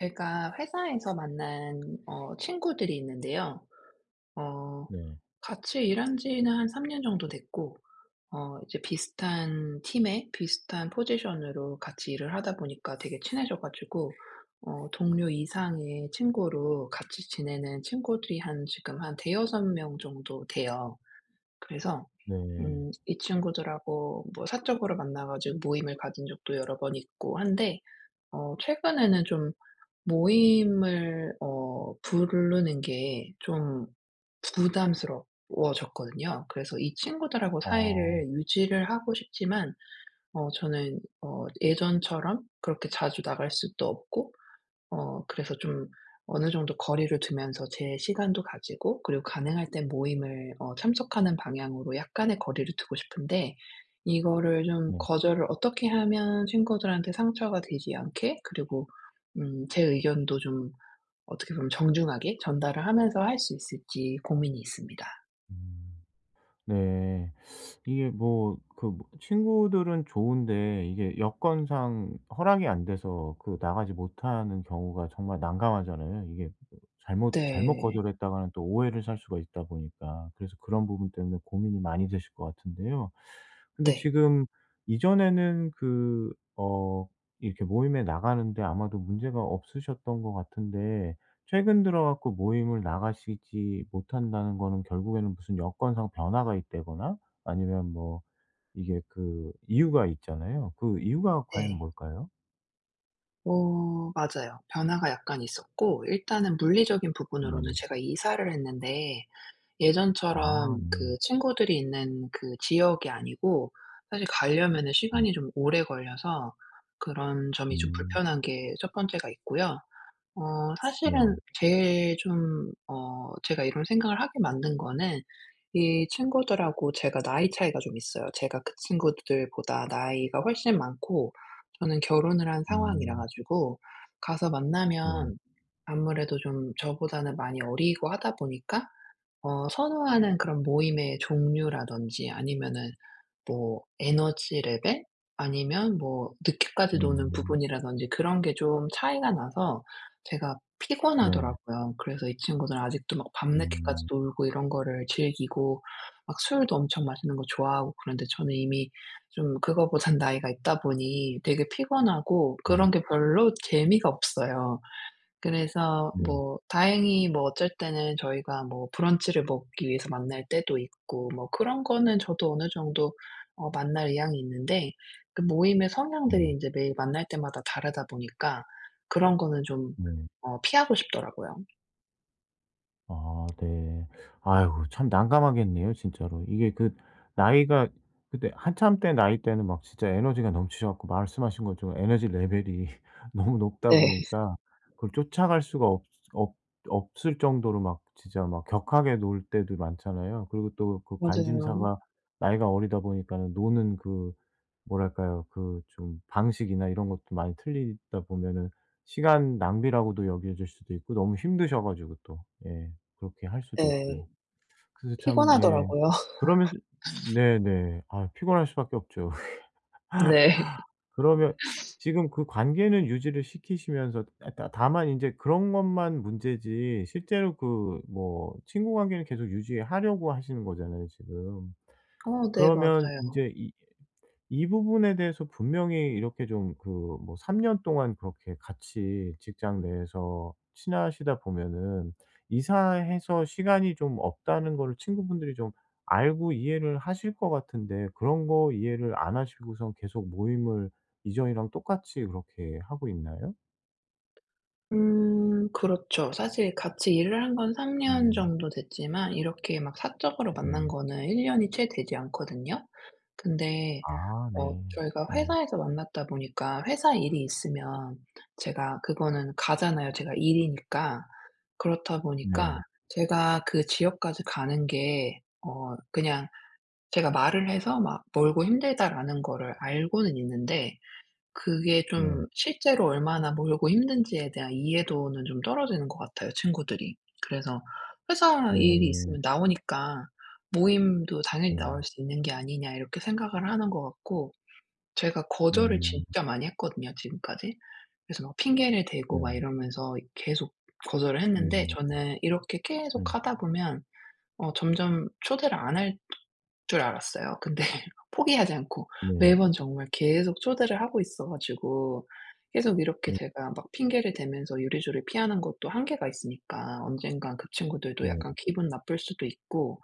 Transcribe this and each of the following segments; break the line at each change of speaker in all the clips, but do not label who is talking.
제가 회사에서 만난 친구들이 있는데요. 어,
네.
같이 일한 지는 한 3년 정도 됐고, 이제 비슷한 팀에 비슷한 포지션으로 같이 일을 하다 보니까 되게 친해져가지고, 동료 이상의 친구로 같이 지내는 친구들이 한 지금 한 대여섯 명 정도 돼요. 그래서,
네.
이 친구들하고 뭐 사적으로 만나가지고 모임을 가진 적도 여러 번 있고 한데, 최근에는 좀 모임을 부르는 게 좀 부담스러워졌거든요. 그래서 이 친구들하고
아.
사이를 유지를 하고 싶지만 저는 예전처럼 그렇게 자주 나갈 수도 없고, 그래서 좀 어느 정도 거리를 두면서 제 시간도 가지고, 그리고 가능할 때 모임을 참석하는 방향으로 약간의 거리를 두고 싶은데, 이거를 좀
네.
거절을 어떻게 하면 친구들한테 상처가 되지 않게, 그리고 제 의견도 좀 어떻게 보면 정중하게 전달을 하면서 할 수 있을지 고민이 있습니다.
음. 네. 이게 뭐 그 뭐 친구들은 좋은데 이게 여건상 허락이 안 돼서 그 나가지 못하는 경우가 정말 난감하잖아요. 이게 잘못
네.
거절했다가는 또 오해를 살 수가 있다 보니까. 그래서 그런 부분 때문에 고민이 많이 되실 것 같은데요. 근데
네.
지금 이전에는 그 어 이렇게 모임에 나가는데 아마도 문제가 없으셨던 것 같은데 최근 들어 갖고 모임을 나가시지 못한다는 거는 결국에는 무슨 여건상 변화가 있다거나 아니면 뭐 이게 그 이유가 있잖아요. 그 이유가 과연
네.
뭘까요?
맞아요. 변화가 약간 있었고, 일단은 물리적인 부분으로는
네.
제가 이사를 했는데
아
예전처럼
네.
그 친구들이 있는 그 지역이 아니고, 사실 가려면은
음.
시간이 좀 오래 걸려서 그런 점이 좀
음.
불편한 게 첫 번째가 있고요.
네.
사실은 제일 좀 제가 이런 생각을 하게 만든 거는 이 친구들하고 제가 나이 차이가 좀 있어요. 제가 그 친구들보다 나이가 훨씬 많고 저는 결혼을 한 상황이라
음.
가지고 가서
네.
만나면 아무래도 좀 저보다는 많이 어리고 하다 보니까 선호하는 그런 모임의 종류라든지, 아니면은 뭐 에너지 레벨, 아니면 뭐 늦게까지 노는
음.
부분이라든지 그런 게 좀 차이가 나서 제가
네.
피곤하더라고요. 그래서 이 친구들은 아직도 막 밤늦게까지
음.
놀고 이런 거를 즐기고 막 술도 엄청 마시는 거 좋아하고, 그런데 저는 이미 좀 그거보단 나이가 있다 보니 되게 피곤하고
네.
그런 게 별로 재미가 없어요. 그래서
네.
뭐 다행히 뭐 어쩔 때는 저희가 뭐 브런치를 먹기 위해서 만날 때도 있고 뭐 그런 거는 저도 어느 정도 만날 의향이 있는데, 그 모임의 성향들이
네.
인제 매일 만날 때마다 다르다 보니까 그런 거는 좀
네.
피하고 싶더라고요.
아 네. 아이고 참 난감하겠네요 진짜로. 이게 그 나이가 그때 한참 때 나이 때는 막 진짜 에너지가 넘치셔 갖고 말씀하신 것처럼 에너지 레벨이 너무 높다
네.
보니까 그걸 쫓아갈 수가 없 없 없을 정도로 막 진짜 막 격하게 놀 때도 많잖아요. 그리고 또 그
맞아요.
관심사가 나이가 어리다 보니까는 노는 그 뭐랄까요? 그 좀 방식이나 이런 것도 많이 틀리다 보면은 시간 낭비라고도 여겨질 수도 있고 너무 힘드셔 가지고 또. 예. 그렇게 할 수도 있고요.
네.
그래서 참 예
피곤하더라고요.
그러면서 네네. 아 피곤할 수밖에 없죠.
네.
그러면 지금 그 관계는 유지를 시키시면서 아 다 다만 인제 그런 것만 문제지 실제로 그 뭐 친구 관계는 계속 유지하려고 하시는 거잖아요 지금.
네,
그러면
맞아요.
인제 이 부분에 대해서 분명히 이렇게 좀 그 뭐 3년 동안 그렇게 같이 직장 내에서 친하시다 보면은 이사해서 시간이 좀 없다는 거를 친구분들이 좀 알고 이해를 하실 것 같은데 그런 거 이해를 안 하시고선 계속 모임을 이전이랑 똑같이 그렇게 하고 있나요?
그렇죠. 사실 같이 일을 한 건 3년
음
정도 됐지만 이렇게 막 사적으로 만난
네.
거는 1 년이 채 되지 않거든요. 근데
아 네.
저희가
네.
회사에서 만났다 보니까 회사 일이 있으면 제가 그거는 가잖아요, 제가 일이니까. 그렇다 보니까
네.
제가 그 지역까지 가는 게 그냥 제가 말을 해서 막 "멀고 힘들다."라는 거를 알고는 있는데, 그게
네.
좀 실제로 얼마나 멀고 힘든지에 대한 이해도는 좀 떨어지는 것 같아요, 친구들이. 그래서 회사 일이
네.
있으면 나오니까 '모임도 당연히 나올
네.
수 있는 게 아니냐.' 이렇게 생각을 하는 것 같고, 제가 거절을
음
진짜 많이 했거든요, 지금까지. 그래서 막 핑계를 대고 막
네.
이러면서 계속 거절을 했는데,
음
저는 이렇게
네.
계속 하다 보면 점점 초대를 안할 줄 알았어요. 근데 포기하지 않고
네.
매번 정말 계속 초대를 하고 있어 가지고, 계속 이렇게
네.
제가 막 핑계를 대면서 요리조리 피하는 것도 한계가 있으니까 언젠간 그 친구들도
네.
약간 기분 나쁠 수도 있고.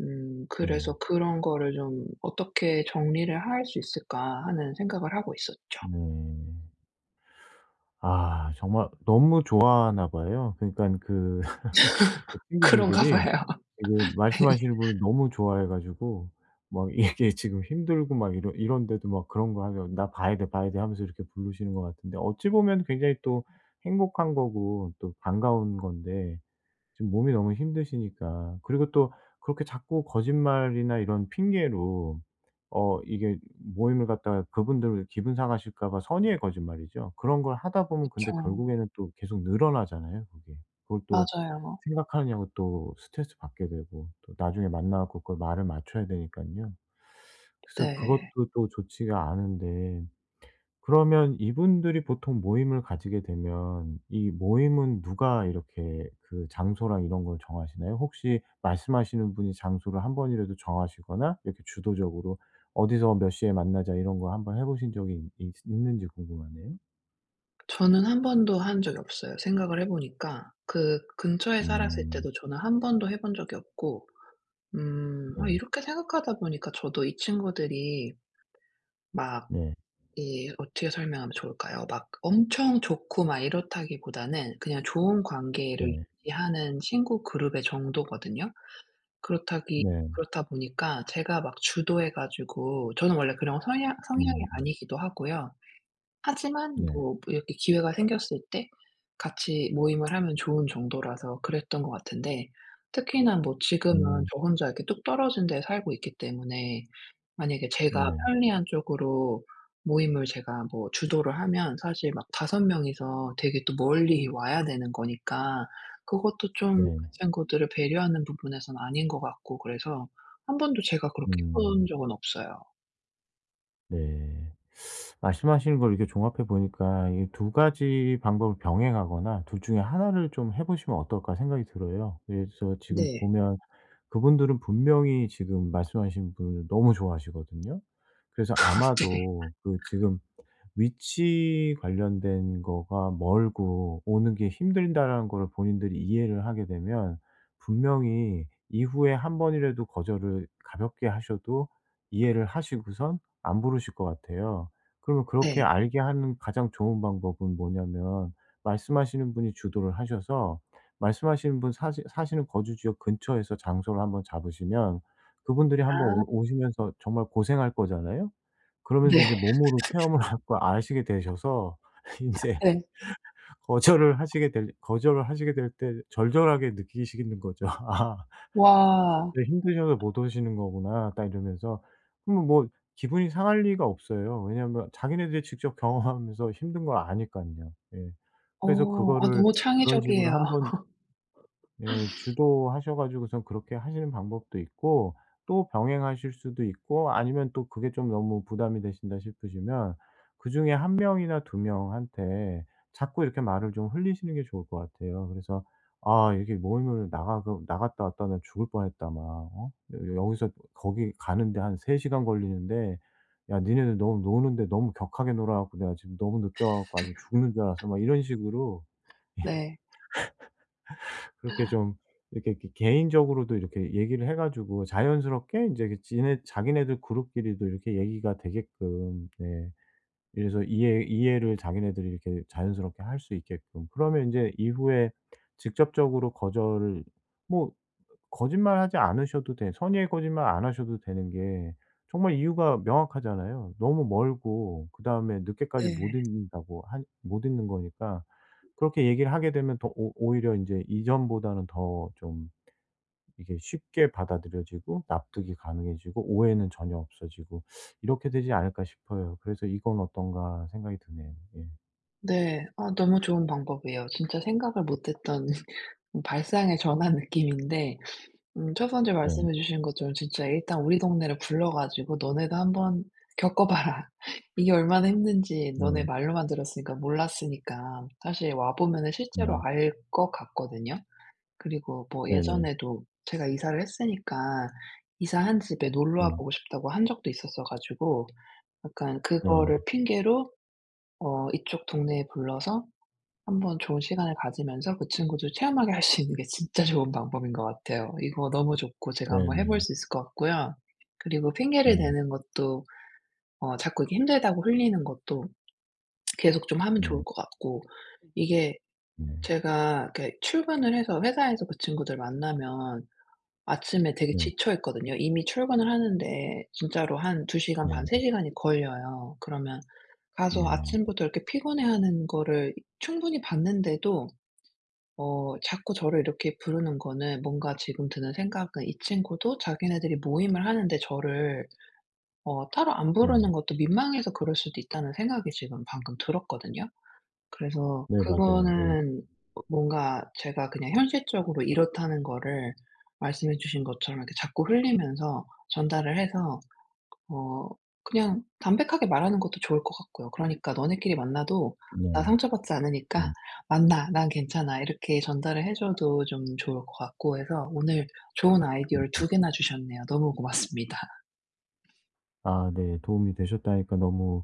네.
그래서 그런 거를 좀 '어떻게 정리를 할 수 있을까.' 하는 생각을 하고 있었죠.
네. 아 정말 너무 좋아하나 봐요. 그러니깐 그 그
그런가
친구분들이
봐요.
지금 말씀하시는 분을 너무 좋아해 가지고 막 이게 지금 힘들고 막 이런데도 막 그런 거 하면 "나 봐야 돼, 봐야 돼." 하면서 이렇게 부르시는 것 같은데 어찌 보면 굉장히 또 행복한 거고 또 반가운 건데 지금 몸이 너무 힘드시니까. 그리고 또 그렇게 자꾸 거짓말이나 이런 핑계로 이게 모임을 갖다가 그분들 기분 상하실까 봐 선의의 거짓말이죠. 그런 걸 하다 보면 근데
그쵸.
결국에는 또 계속 늘어나잖아요, 그게. 그걸 또
맞아요.
생각하느냐고 또 스트레스 받게 되고 또 나중에 만나 갖고 그걸 말을 맞춰야 되니깐요. 그래서
네.
그것도 또 좋지가 않은데 그러면 이분들이 보통 모임을 가지게 되면 이 모임은 누가 이렇게 그 장소랑 이런 걸 정하시나요? 혹시 말씀하시는 분이 장소를 한 번이라도 정하시거나 이렇게 주도적으로 "어디서 몇 시에 만나자." 이런 거 한번 해 보신 적이 있 있는지 궁금하네요.
저는 한 번도 한 적이 없어요. 생각을 해 보니까 그 근처에 살았을
음.
때도 저는 한 번도 해본 적이 없고, 음 아,
네.
이렇게 생각하다 보니까 저도 이 친구들이 막
네.
이 어떻게 설명하면 좋을까요? 막 엄청 좋고 막 이렇다기보다는 그냥 좋은 관계를
네.
유지하는 친구 그룹의 정도거든요. 그렇다기
네.
그렇다 보니까 제가 막 주도해 가지고, 저는 원래 그런 성향 성향이
음.
아니기도 하고요. 하지만
네.
뭐 이렇게 기회가 생겼을 때 같이 모임을 하면 좋은 정도라서 그랬던 것 같은데, 특히나 뭐 지금은
음.
저 혼자 이렇게 뚝 떨어진 데 살고 있기 때문에 만약에 제가
네.
편리한 쪽으로 모임을 제가 뭐 주도를 하면 사실 막섯 명이서 되게 또 멀리 와야 되는 거니까, 그것도 좀 그
네.
친구들을 배려하는 부분에선 아닌 것 같고. 그래서 한 번도 제가 그렇게 해본
음.
적은 없어요.
네. 말씀하시는 걸 이렇게 종합해 보니까 이 두 가지 방법을 병행하거나 둘 중에 하나를 좀 해 보시면 어떨까 생각이 들어요. 그래서 지금
네.
보면 그분들은 분명히 지금 말씀하신 분을 너무 좋아하시거든요. 그래서
네.
아마도 그 지금 위치 관련된 거가 멀고 오는 게 힘들다라는 거를 본인들이 이해를 하게 되면 분명히 이후에 한 번이라도 거절을 가볍게 하셔도 이해를 하시고선 안 부르실 것 같아요. 그러면 그렇게
네.
알게 하는 가장 좋은 방법은 뭐냐면 말씀하시는 분이 주도를 하셔서 말씀하시는 분 사시는 거주 지역 근처에서 장소를 한번 잡으시면 그분들이 한번
아,
오 오시면서 정말 고생할 거잖아요. 그러면서 이
네.
제 몸으로 체험을 하고 아시게 되셔서 이제
네.
거절을 하시게 될 때 절절하게 느끼시는 거죠. '아
와.
네, 힘드셔서 못 오시는 거구나.' 딱 이러면서. 그러면 뭐 기분이 상할 리가 없어요. 왜냐하면 자기네들이 직접 경험하면서 힘든 걸 아니깐요. 예. 그래서
아,
그거를
너무
그런 식으로
창의적이에요.
한번 예. 주도하셔 가지고선 그렇게 하시는 방법도 있고 또 병행하실 수도 있고 아니면 또 그게 좀 너무 부담이 되신다 싶으시면 그중에 한 명이나 두 명한테 자꾸 이렇게 말을 좀 흘리시는 게 좋을 것 같아요. 그래서 "아 이렇게 모임을 나가 나갔다 왔다 나 죽을 뻔했다." 막 어? "여 여기서 거기 가는데 한 3 시간 걸리는데 야 니네들 너무 노는데 너무 격하게 놀아 갖고 내가 지금 너무 늦게 와 갖고 아주 죽는 줄 알았어." 막 이런 식으로
네.
그렇게 좀 이렇게 개인적으로도 이렇게 얘기를 해 가지고 자연스럽게 인제 그 지네 자기네들 그룹끼리도 이렇게 얘기가 되게끔 네 이래서 이해를 자기네들이 이렇게 자연스럽게 할 수 있게끔. 그러면 인제 이후에 직접적으로 거절을 뭐 거짓말하지 않으셔도 돼 선의의 거짓말 안 하셔도 되는 게 정말 이유가 명확하잖아요. 너무 멀고 그다음에 늦게까지 못
네.
있는다고 한 못 있는 거니까 그렇게 얘기를 하게 되면 더 오 오히려 인제 이전보다는 더좀 이게 쉽게 받아들여지고 납득이 가능해지고 오해는 전혀 없어지고 이렇게 되지 않을까 싶어요. 그래서 '이건 어떤가.' 생각이 드네요. 예.
네. 아, 너무 좋은 방법이에요. 진짜 생각을 못 했던 발상의 전환 느낌인데, 첫번째
네.
말씀해 주신 것처럼 진짜 일단 우리 동네를 불러 가지고 "너네도 한번 겪어 봐라." 이게 얼마나 힘든지 너네
네.
말로만 들었으니까 몰랐으니까, 사실 와 보면은 실제로
네.
알 것 같거든요. 그리고 뭐
네네.
예전에도 제가 이사를 했으니까 이사한 집에 놀러
네.
와 보고 싶다고 한 적도 있었어 가지고, 약간
네.
그거를 핑계로 이쪽 동네에 불러서 한번 좋은 시간을 가지면서 그 친구도 체험하게 할 수 있는 게 진짜 좋은 방법인 것 같아요. 이거 너무 좋고 제가 한번 해볼
네네.
수 있을 것 같고요. 그리고 핑계를
네.
대는 것도 자꾸 이게 힘들다고 흘리는 것도 계속 좀 하면
네.
좋을 것 같고. 네. 이게
네.
제가 이렇게 출근을 해서 회사에서 그 친구들 만나면 아침에 되게
네.
지쳐 있거든요. 이미 출근을 하는데 진짜로 한 2시간
네.
반, 3
네.
시간이 걸려요. 그러면 가서
네. 네
아침부터 이렇게 피곤해하는 거를 충분히 봤는데도 자꾸 저를 이렇게 부르는 거는, 뭔가 지금 드는 생각은, 이 친구도 자기네들이 모임을 하는데 저를 따로 안
네.
부르는 것도 민망해서 그럴 수도 있다는 생각이 지금 방금 들었거든요. 그래서
네, 맞아요. 예.
그거는 뭔가 제가 그냥 현실적으로 이렇다는 거를 말씀해 주신 것처럼 이렇게 자꾸 흘리면서 전달을 해서 어 그냥 담백하게 말하는 것도 좋을 것 같고요. 그러니까 "너네끼리 만나도 나
네네.
상처받지
네.
않으니까 만나. 난 괜찮아." 이렇게 전달을 해 줘도 좀 좋을 것 같고 해서, 오늘 좋은 아이디어를
음.
두 개나 주셨네요. 너무 고맙습니다.
아 네. 도움이 되셨다니까 너무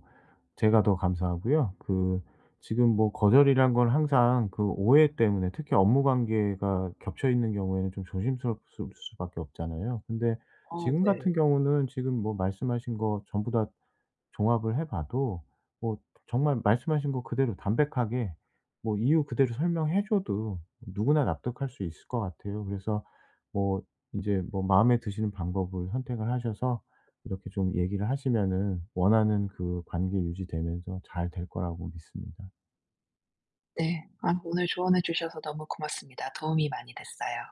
제가 더 감사하고요. 그 지금 뭐 거절이란 건 항상 그 오해 때문에 특히 업무 관계가 겹쳐 있는 경우에는 좀 조심스러울 수밖에 없잖아요. 근데 지금
네.
같은 경우는 지금 뭐 말씀하신 거 전부 다 종합을 해 봐도 뭐 정말 말씀하신 거 그대로 담백하게 뭐 이유 그대로 설명해 줘도 누구나 납득할 수 있을 것 같아요. 그래서 뭐 이제 뭐 마음에 드시는 방법을 선택을 하셔서 이렇게 좀 얘기를 하시면은 원하는 그 관계 유지되면서 잘 될 거라고 믿습니다.
네. 아, 오늘 조언해 주셔서 너무 고맙습니다. 도움이 많이 됐어요.